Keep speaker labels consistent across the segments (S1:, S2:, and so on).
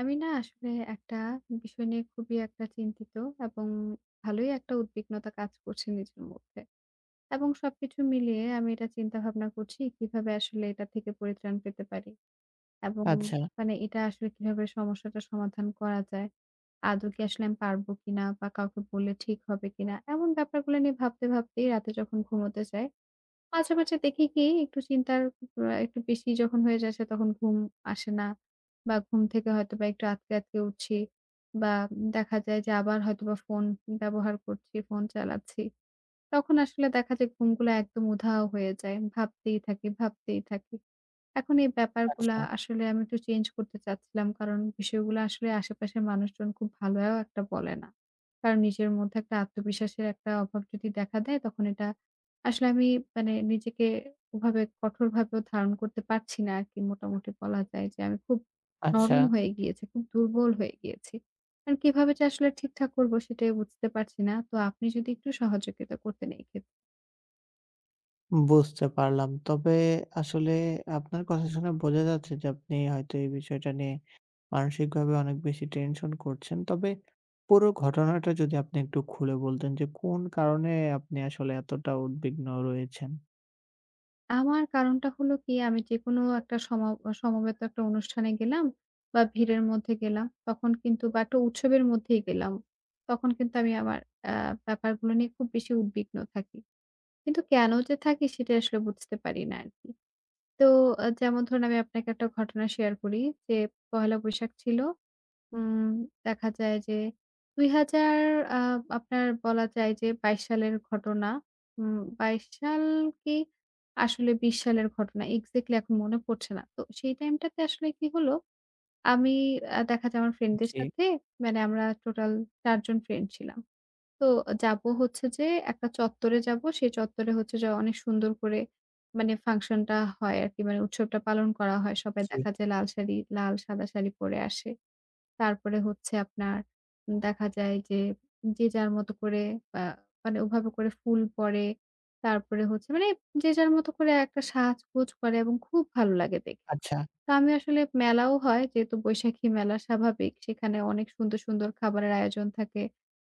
S1: আমি না আসলে একটা বিষয় নিয়ে খুবই একটা চিন্তিত এবং ভালোই একটা উদ্বিগ্নতা কাজ করছে নিজের মধ্যে। এবং সবকিছু মিলিয়ে আমি এটা চিন্তা ভাবনা করছি কিভাবে আসলে এটা থেকে পরিত্রাণ পেতে পারি। এবং
S2: আচ্ছা,
S1: মানে এটা আসলে কিভাবে সমস্যাটা সমাধান করা যায়। আদৌ কি আসলে আমি পারবো কিনা বা কাউকে বললে ঠিক হবে কিনা। এমন ব্যাপারগুলো নিয়ে ভাবতে, ভাবতেই রাতে যখন ঘুমোতে যাই, মাঝে, মাঝে দেখি কি একটু চিন্তার একটু বেশি যখন হয়ে যাচ্ছে, তখন ঘুম আসে না বা ঘুম থেকে হয়তোবা একটু আঁতকে, আঁতকে উঠছি বা দেখা যায় যে আবার হয়তোবা ফোন ব্যবহার করছি, ফোন চালাচ্ছি। তখন আসলে দেখা যায় ঘুমগুলো একদম উধাও হয়ে যায়। ভাবতেই থাকি, ভাবতেই থাকি। এখন এই ব্যাপারগুলা
S2: আচ্ছা,
S1: আসলে আমি একটু চেঞ্জ করতে চাচ্ছিলাম। কারণ বিষয়গুলো আসলে আশেপাশের মানুষজন খুব ভালোও একটা বলে না। কারণ নিজের মধ্যে একটা আত্মবিশ্বাসের একটা অভাব যদি দেখা দেয়, তখন এটা আসলে আমি মানে নিজেকে ওভাবে কঠোরভাবেও ধারণ করতে পারছি না আরকি। মোটামুটি বলা যায় যে আমি খুব
S2: আচ্ছা।
S1: নরম হয়ে গিয়েছি, খুব দুর্বল হয়ে গিয়েছি। আর কিভাবে যে আসলে ঠিকঠাক করব সেটাই বুঝতে পারছি না। তো আপনি যদি একটু সহযোগিতা করতেন এই ক্ষেত্রে।
S2: বুঝতে পারলাম। তবে আসলে আপনার কথা শুনে বোঝা যাচ্ছে যে আপনি হয়তো এই বিষয়টা নিয়ে মানসিকভাবে অনেক বেশি টেনশন করছেন। তবে পুরো ঘটনাটা যদি আপনি একটু খুলে বলতেন যে কোন কারণে আপনি আসলে এতটা উদ্বিগ্ন রয়েছেন?
S1: আমার কারণটা হলো কি, আমি যেকোনো একটা সমবেত একটা অনুষ্ঠানে গেলাম বা ভিড়ের মধ্যে গেলাম, তখন কিন্তু বা একটা উৎসবের মধ্যেই গেলাম। তখন কিন্তু আমি আমার আ ব্যাপারগুলো নিয়ে খুব বেশি উদ্বিগ্ন থাকি। কিন্তু কেন যে থাকি সেটা আসলে বুঝতে পারি না আরকি। তো যেমন ধরুন আমি আপনাকে একটা ঘটনা শেয়ার করি যে, পহেলা বৈশাখ ছিল। উম দেখা যায় যে ২০০০ আ আপনার বলা যায় যে ২২ সালের ঘটনা। ২২ সাল কি আসলে ২০ সালের ঘটনা এক্সাক্টলি এখন মনে পড়ছে না। তো সেই টাইমটাতে আসলে কি হলো, আমি দেখা যায় আমার ফ্রেন্ডদের
S2: জি,
S1: সাথে মানে আমরা টোটাল ৪ জন ফ্রেন্ড ছিলাম। তো যাবো হচ্ছে যে একটা চত্বরে যাবো। সেই চত্বরে হচ্ছে যে অনেক সুন্দর করে মানে ফাংশনটা হয় আরকি। মানে উৎসবটা পালন করা হয়। সবাই
S2: জি।
S1: দেখা যায় লাল শাড়ি, লাল সাদা শাড়ি পরে আসে। তারপরে হচ্ছে আপনার দেখা যায় যে, যে যার মতো করে আ মানে ওভাবে করে ফুল পড়ে। তারপরে হচ্ছে মানে যে যার মতো করে একটা সাজগোজ করে এবং খুব ভালো লাগে দেখে।
S2: আচ্ছা,
S1: তো আমি আসলে মেলাও হয় যেহেতু বৈশাখী মেলা স্বাভাবিক। সেখানে অনেক সুন্দর, সুন্দর খাবারের আয়োজন থাকে,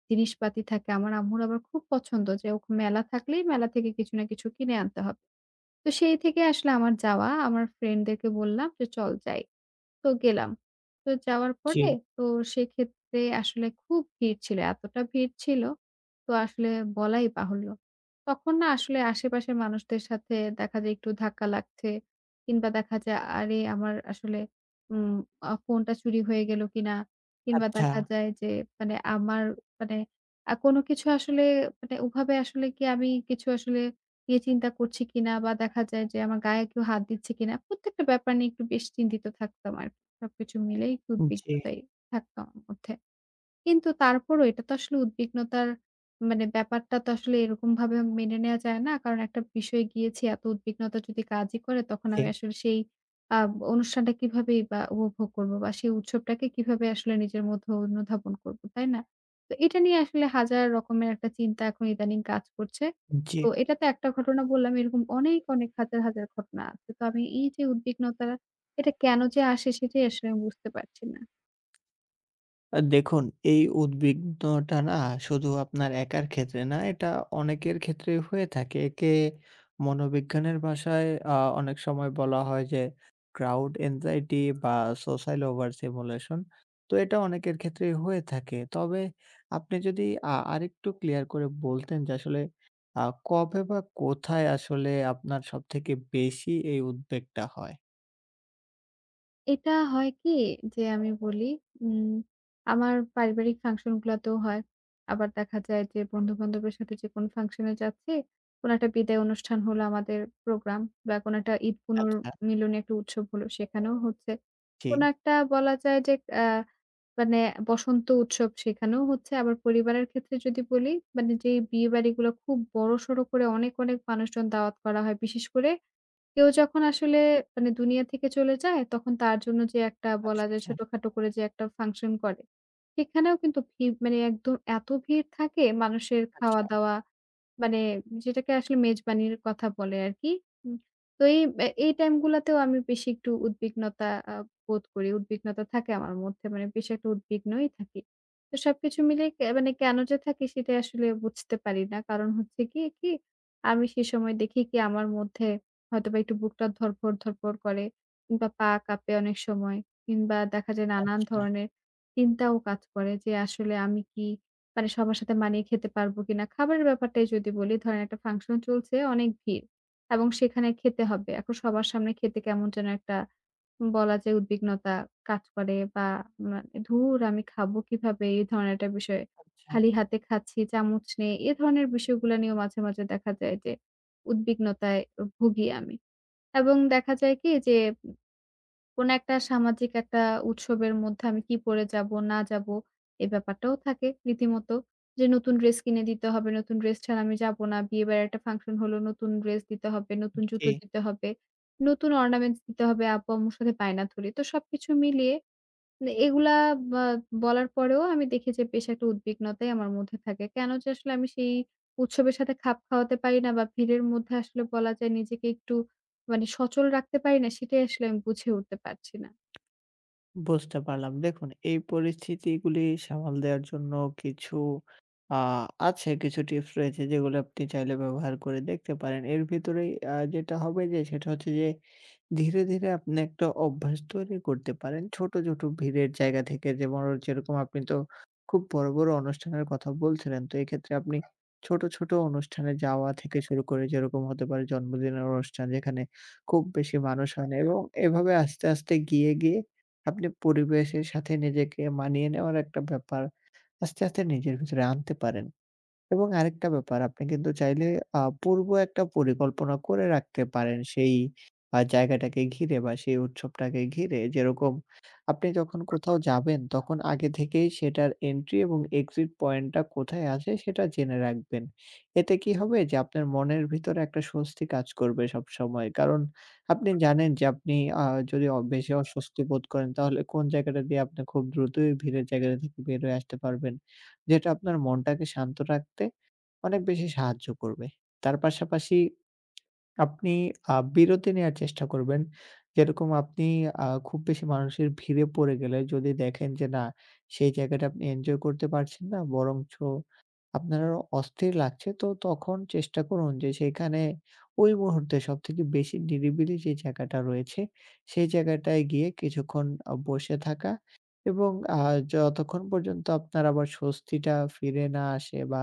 S1: জিনিসপাতি থাকে। আমার আম্মুর আবার খুব পছন্দ যে মেলা থাকলেই মেলা থেকে কিছু না কিছু কিনে আনতে হবে। তো সেই থেকে আসলে আমার যাওয়া। আমার ফ্রেন্ডদেরকে বললাম যে, "চল যাই।" তো গেলাম। তো যাওয়ার
S2: জি,
S1: পরে তো সেক্ষেত্রে আসলে খুব ভিড় ছিল। এতটা ভিড় ছিল তো আসলে বলাই বাহুল্য। তখন না আসলে আশেপাশের মানুষদের সাথে দেখা যায় একটু ধাক্কা লাগছে, কিংবা দেখা যায় আরে আমার আসলে উম ফোনটা চুরি হয়ে গেল কিনা? কিংবা
S2: আচ্ছা,
S1: দেখা যায় যে মানে আমার মানে কোনো কিছু আসলে মানে ওভাবে আসলে কি আমি কিছু আসলে নিয়ে চিন্তা করছি কিনা বা দেখা যায় যে আমার গায়ে কেউ হাত দিচ্ছে কিনা? প্রত্যেকটা ব্যাপার নিয়ে একটু বেশ চিন্তিত থাকতাম আর সবকিছু মিলেই একটু
S2: জি,
S1: উদ্বিগ্নতায় থাকতাম মধ্যে। কিন্তু তারপরও এটা তো আসলে উদ্বিগ্নতার মানে ব্যাপারটা তো আসলে এরকমভাবে মেনে নেয়া যায় না। কারণ একটা বিষয়ে গিয়েছি, এত উদ্বিগ্নতা যদি কাজই করে, তখন
S2: জি,
S1: আমি আসলে সেই আ অনুষ্ঠানটা কিভাবেই বা উপভোগ করব বা সেই উৎসবটাকে কিভাবে আসলে নিজের মধ্যে অনুধাবন করব, তাই না? তো এটা নিয়ে আসলে হাজার রকমের একটা চিন্তা এখন ইদানিং কাজ করছে।
S2: জি।
S1: তো এটা তো একটা ঘটনা বললাম, এরকম অনেক, অনেক হাজার, হাজার ঘটনা আছে। তো আমি এই যে উদ্বিগ্নতা এটা কেন যে আসে সেটাই আসলে আমি বুঝতে পারছি না।
S2: দেখুন, এই উদ্বিগ্নটা না শুধু আপনার একার ক্ষেত্রে না, এটা অনেকের ক্ষেত্রেই হয়ে থাকে। একে মনোবিজ্ঞানের ভাষায় অনেক সময় বলা হয় যে, ক্রাউড এনজাইটি বা সোশ্যাল ওভার সিমুলেশন। তো এটা অনেকের ক্ষেত্রেই হয়ে থাকে। তবে আপনি যদি আরেকটু ক্লিয়ার করে বলতেন যে আসলে আ কবে বা কোথায় আসলে আপনার সবথেকে বেশি এই উদ্বেগটা হয়?
S1: এটা হয় কি যে আমি বলি, উম আমার পারিবারিক ফাংশন গুলাতেও হয়। আবার দেখা যায় যে বন্ধু-বান্ধবের সাথে যেকোনো ফাংশনে যাচ্ছি, কোনো একটা বিদায় অনুষ্ঠান হলো আমাদের প্রোগ্রাম বা কোনো একটা ঈদ
S2: আচ্ছা,
S1: পুনর্মিলনী একটা উৎসব হলো সেখানেও হচ্ছে।
S2: জি।
S1: কোনো একটা বলা যায় যে আ মানে বসন্ত উৎসব সেখানেও হচ্ছে। আবার পরিবারের ক্ষেত্রে যদি বলি, মানে যে বিয়ে বাড়িগুলো খুব বড়সড় করে অনেক, অনেক মানুষজন দাওয়াত করা হয়। বিশেষ করে কেউ যখন আসলে মানে দুনিয়া থেকে চলে যায়, তখন তার জন্য যে একটা
S2: আচ্ছা,
S1: বলা যায়
S2: আচ্ছা,
S1: ছোটখাটো করে যে একটা ফাংশন করে, সেখানেও কিন্তু ভিড় মানে একদম এত ভিড় থাকে মানুষের,
S2: আচ্ছা,
S1: খাওয়া-দাওয়া মানে যেটাকে আসলে মেজবানির কথা বলে আরকি। উম তো এই টাইম গুলাতেও আমি বেশি একটু উদ্বিগ্নতা বোধ করি। উদ্বিগ্নতা থাকে আমার মধ্যে। মানে বেশ একটা উদ্বিগ্নই থাকি। তো সবকিছু মিলিয়ে মানে কেন যে থাকি সেটাই আসলে বুঝতে পারি না। কারণ হচ্ছে গিয়ে কি, আমি সে সময় দেখি কি আমার মধ্যে হয়তোবা একটু বুকটা ধড়ফড়, ধড়ফড় করে, কিংবা পা কাঁপে অনেক সময়, কিংবা দেখা যায় নানান
S2: আচ্ছা,
S1: ধরনের চিন্তাও কাজ করে যে আসলে আমি কি মানে সবার সাথে মানিয়ে খেতে পারবো কিনা? খাবারের ব্যাপারটাই যদি বলি, ধরেন একটা ফাংশন চলছে, অনেক ভিড় এবং সেখানে খেতে হবে। এখন সবার সামনে খেতে কেমন যেন একটা বলা যায় উদ্বিগ্নতা কাজ করে বা মানে ধুর আমি খাবো কিভাবে? এই ধরনের একটা বিষয়।
S2: আচ্ছা,
S1: খালি হাতে খাচ্ছি, চামচ নেই। এ ধরনের বিষয়গুলা নিয়েও মাঝে, মাঝে দেখা যায় যে উদ্বিগ্নতায় ভুগি আমি। এবং দেখা যায় কি যে, কোন একটা সামাজিক একটা উৎসবের মধ্যে আমি কি পরে যাব, না যাব, এই ব্যাপারটাও থাকে রীতিমত। যে নতুন ড্রেস কিনে দিতে হবে, নতুন ড্রেস ছাড়া আমি যাব না। বিয়ে-বাড়ির একটা ফাংশন হলো, নতুন ড্রেস দিতে হবে, নতুন
S2: জি।
S1: জুতো দিতে হবে, নতুন অর্নামেন্টস দিতে হবে, আব্বু-আম্মুর সাথে বায়না ধরি। তো সবকিছু মিলিয়ে না এগুলা বা বলার পরেও আমি দেখি যে বেশ একটা উদ্বিগ্নতাই আমার মধ্যে থাকে। কেন যে আসলে আমি সেই উৎসবের সাথে খাপ খাওয়াতে পারি না বা ভিড়ের মধ্যে আসলে বলা যায় নিজেকে একটু মানে সচল রাখতে পারি না সেটাই আসলে আমি বুঝে উঠতে পারছি না।
S2: বুঝতে পারলাম। দেখুন, এই পরিস্থিতিগুলি সামাল দেওয়ার জন্য কিছু আ আছে, কিছু টিপস রয়েছে যেগুলো আপনি চাইলে ব্যবহার করে দেখতে পারেন। এর ভিতরেই যেটা হবে, যে সেটা হচ্ছে যে ধীরে, ধীরে আপনি একটা অভ্যাস তৈরি করতে পারেন। ছোট, ছোট ভিড়ের জায়গা থেকে, যেরকম আপনি তো খুব বড়, বড় অনুষ্ঠানের কথা বলছিলেন। তো এক্ষেত্রে আপনি ছোট, ছোট অনুষ্ঠানে যাওয়া থেকে শুরু করে, যেরকম হতে পারে জন্মদিনের অনুষ্ঠান, যেখানে খুব বেশি মানুষ হয় না, এবং এভাবে আস্তে, আস্তে গিয়ে, গিয়ে আপনি পরিবেশের সাথে নিজেকে মানিয়ে নেওয়ার একটা ব্যাপার আস্তে, আস্তে নিজের ভিতরে আনতে পারেন। এবং আরেকটা ব্যাপার, আপনি কিন্তু চাইলে পূর্ব একটা পরিকল্পনা করে রাখতে পারেন সেই জায়গাটাকে ঘিরে বা সেই উৎসবটাকে ঘিরে। যেরকম, আপনি যখন কোথাও যাবেন তখন আগে থেকেই সেটার এন্ট্রি এবং এক্সিট পয়েন্টটা কোথায় আছে সেটা জেনে রাখবেন। এতে কি হবে যে আপনার মনের ভিতরে একটা স্বস্তি কাজ করবে সবসময়। কারণ আপনি জানেন যে আপনি আ যদি বেশি অস্বস্তি বোধ করেন তাহলে কোন জায়গাটা দিয়ে আপনি খুব দ্রুতই ভিড়ের জায়গাটা থেকে বের হয়ে আসতে পারবেন। যেটা আপনার মনটাকে শান্ত রাখতে অনেক বেশি সাহায্য করবে। তার পাশাপাশি আপনি বিরতি নেয়ার চেষ্টা করবেন। যেরকম আপনি খুব বেশি মানুষের ভিড়ে পড়ে গেলে যদি দেখেন যে না, সেই জায়গাটা আপনি এনজয় করতে পারছেন না, বরঞ্চ আপনার অস্থির লাগছে, তো তখন চেষ্টা করুন যে সেখানে ওই মুহূর্তে সবথেকে বেশি নিরিবিলি যে জায়গাটা রয়েছে সেই জায়গাটায় গিয়ে কিছুক্ষণ বসে থাকা, এবং আ যতক্ষণ পর্যন্ত আপনার আবার স্বস্তিটা ফিরে না আসে বা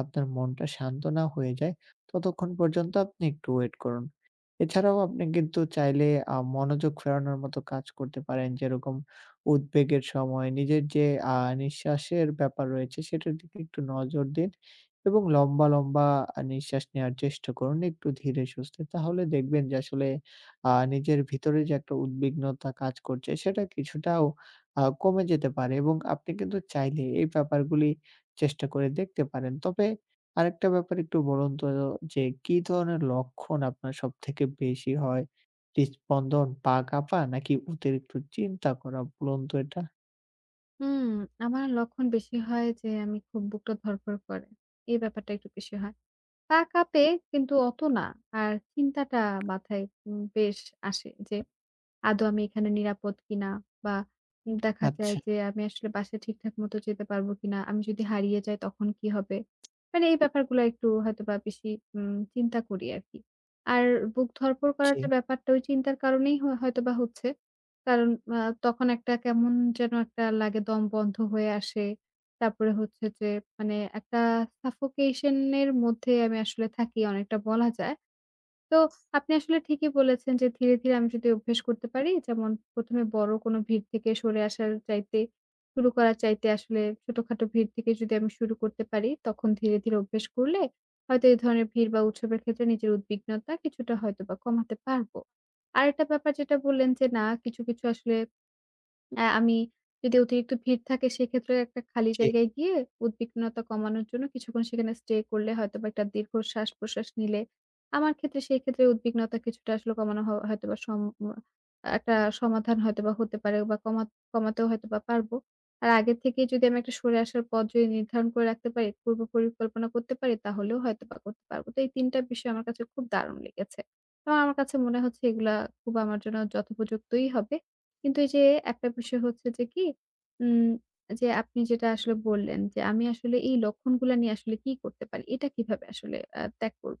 S2: আপনার মনটা শান্ত না হয়ে যায় ততক্ষণ পর্যন্ত আপনি একটু ওয়েট করুন। এছাড়াও আপনি কিন্তু চাইলে মনোযোগ ফেরানোর মতো কাজ করতে পারেন। যেরকম, উদ্বেগের সময় নিজের যে আ নিঃশ্বাসের ব্যাপার রয়েছে সেটার দিকে একটু নজর দিন এবং লম্বা, লম্বা নিঃশ্বাস নেওয়ার চেষ্টা করুন একটু ধীরে সুস্থে। তাহলে দেখবেন যে আসলে নিজের ভিতরে যে একটা উদ্বিগ্নতা কাজ করছে সেটা কিছুটাও কমে যেতে পারে, এবং আপনি কিন্তু চাইলে এই ব্যাপারগুলি চেষ্টা করে দেখতে পারেন। তবে আরেকটা ব্যাপার, একটু বলুন তো যে কি ধরনের লক্ষণ আপনার সবথেকে বেশি হয়? হৃদস্পন্দন, পা কাঁপা নাকি অতিরিক্ত চিন্তা করা, বলুন তো এটা?
S1: হুম, আমার লক্ষণ বেশি হয় যে, আমি খুব বুকটা ধড়ফড় করে। এই ব্যাপারটা একটু বেশি হয়। পা কাঁপে কিন্তু অত না। আর চিন্তাটা মাথায় বেশ আসে যে, আদৌ আমি এখানে নিরাপদ কিনা? বা দেখা যায়
S2: আচ্ছা।
S1: যে আমি আসলে বাসায় ঠিকঠাক মতো যেতে পারবো কিনা? আমি যদি হারিয়ে যাই তখন কি হবে? মানে এই ব্যাপারগুলো একটু হয়তোবা বেশি চিন্তা করি আরকি। আর বুক ধড়ফড় করার
S2: জি,
S1: যে ব্যাপারটা ওই চিন্তার কারণেই হয়তোবা হচ্ছে। কারণ আ তখন একটা কেমন যেন একটা লাগে, দম বন্ধ হয়ে আসে। তারপরে হচ্ছে যে মানে একটা suffocation এর মধ্যে আমি আসলে থাকি অনেকটা বলা যায়। তো আপনি আসলে ঠিকই বলেছেন যে ধীরে, ধীরে আমি যদি অভ্যাস করতে পারি, যেমন ১ম এ বড় কোনো ভিড় থেকে সরে আসার চাইতে শুরু করার চাইতে আসলে ছোটখাটো ভিড় থেকে যদি আমি শুরু করতে পারি, তখন ধীরে, ধীরে অভ্যাস করলে হয়তো এই ধরনের ভিড় বা উৎসবের ক্ষেত্রে নিজের উদ্বিগ্নতা কিছুটা হয়তোবা কমাতে পারবো। আরেকটা ব্যাপার যেটা বললেন যে না কিছু, কিছু আসলে আমি যদি অতিরিক্ত ভিড় থাকে, সেক্ষেত্রে একটা খালি
S2: জি।
S1: জায়গায় গিয়ে উদ্বিগ্নতা কমানোর জন্য কিছুক্ষণ সেখানে স্টে করলে, হয়তোবা একটা দীর্ঘ শ্বাস-প্রশ্বাস নিলে আমার ক্ষেত্রে সেই ক্ষেত্রে উদ্বিগ্নতা কিছুটা আসলে কমানো হয়তোবা একটা সমাধান হয়তোবা হতে পারে বা কমাতেও হয়তোবা পারবো। আর আগের থেকেই যদি আমি একটা সরে আসার পথ যদি নির্ধারণ করে রাখতে পারি, পূর্ব পরিকল্পনা করতে পারি, তাহলেও হয়তোবা করতে পারবো। তো এই ৩ টা বিষয় আমার কাছে খুব দারুণ লেগেছে। তো আমার কাছে মনে হচ্ছে এগুলা খুব আমার জন্য যথোপযুক্তই হবে। কিন্তু এই যে একটা বিষয় হচ্ছে যে কি, উম যে আপনি যেটা আসলে বললেন যে, আমি আসলে এই লক্ষণগুলা নিয়ে আসলে কি করতে পারি? এটা কিভাবে আসলে ত্যাগ করব?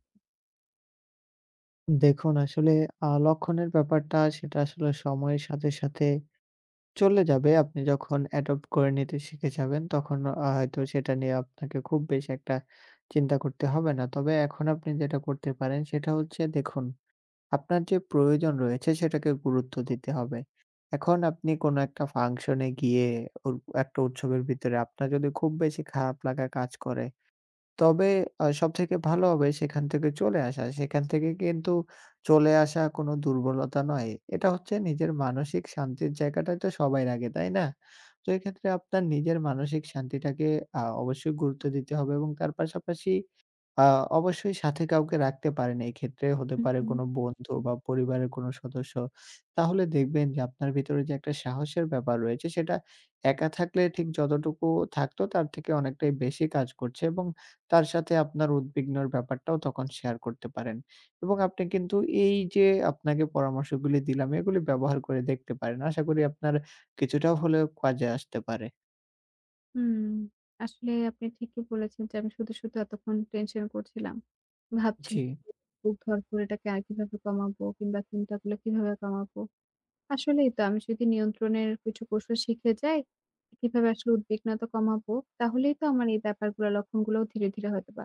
S2: দেখুন, আসলে লক্ষণের ব্যাপারটা, সেটা আসলে সময়ের সাথে, সাথে চলে যাবে। আপনি যখন অ্যাডপ্ট করে নিতে শিখে যাবেন তখন হয়তো সেটা নিয়ে আপনাকে খুব বেশি একটা চিন্তা করতে হবে না। তবে এখন আপনি যেটা করতে পারেন সেটা হচ্ছে, দেখুন, আপনার যে প্রয়োজন রয়েছে সেটাকে গুরুত্ব দিতে হবে। এখন আপনি কোনো একটা ফাংশনে গিয়ে, ওর একটা উৎসবের ভিতরে আপনার যদি খুব বেশি খারাপ লাগা কাজ করে, তবে সবথেকে ভালো হবে সেখান থেকে চলে আসা। সেখান থেকে কিন্তু চলে আসা কোনো দুর্বলতা নয়। এটা হচ্ছে নিজের মানসিক শান্তির জায়গাটাই তো সবার আগে, তাই না? তো এক্ষেত্রে আপনার নিজের মানসিক শান্তিটাকে অবশ্যই গুরুত্ব দিতে হবে, এবং তার পাশাপাশি আ অবশ্যই সাথে কাউকে রাখতে পারেন। এক্ষেত্রে হতে
S1: হুম,
S2: পারে
S1: হুম।
S2: কোনো বন্ধু বা পরিবারের কোনো সদস্য। তাহলে দেখবেন যে আপনার ভিতরে যে একটা সাহসের ব্যাপার রয়েছে সেটা একা থাকলে ঠিক যতটুকু থাকতো তার থেকে অনেকটাই বেশি কাজ করছে, এবং তার সাথে আপনার উদ্বিগ্নর ব্যাপারটাও তখন শেয়ার করতে পারেন। এবং আপনি কিন্তু এই যে আপনাকে পরামর্শগুলি দিলাম এগুলি ব্যবহার করে দেখতে পারেন। আশা করি আপনার কিছুটা হলেও কাজে আসতে পারে।
S1: হুম, আসলে আপনি ঠিকই বলেছেন যে, আমি শুধু, শুধু এতক্ষণ টেনশন করছিলাম।
S2: জি।
S1: ভাবছিলাম যে বুক ধড়ফড় এটাকে আর কিভাবে কমাবো কিংবা চিন্তাগুলো কিভাবে কমাবো? আসলেই তো আমি যদি নিয়ন্ত্রণের কিছু কৌশল শিখে যাই, কিভাবে আসলে উদ্বিগ্নতা কমাবো? তাহলেই তো আমার এই ব্যাপারগুলো লক্ষণগুলোও ধীরে, ধীরে হয়তোবা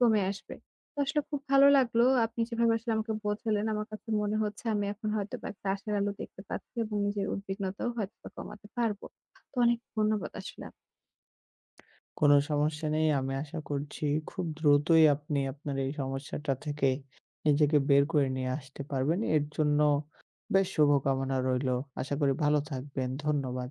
S1: কমে আসবে। তো আসলে খুব ভালো লাগলো। আপনি যেভাবে আসলে আমাকে বোঝালেন, আমার কাছে মনে হচ্ছে আমি এখন হয়তোবা একটা আশার আলো দেখতে পাচ্ছি এবং নিজের উদ্বিগ্নতাও হয়তোবা কমাতে পারব। তো অনেক ধন্যবাদ আসলে আপ
S2: কোনো সমস্যা নেই। আমি আশা করছি খুব দ্রুতই আপনি আপনার এই সমস্যাটা থেকে নিজেকে বের করে নিয়ে আসতে পারবেন। এর জন্য বেশ শুভকামনা রইলো। আশা করি ভালো থাকবেন। ধন্যবাদ।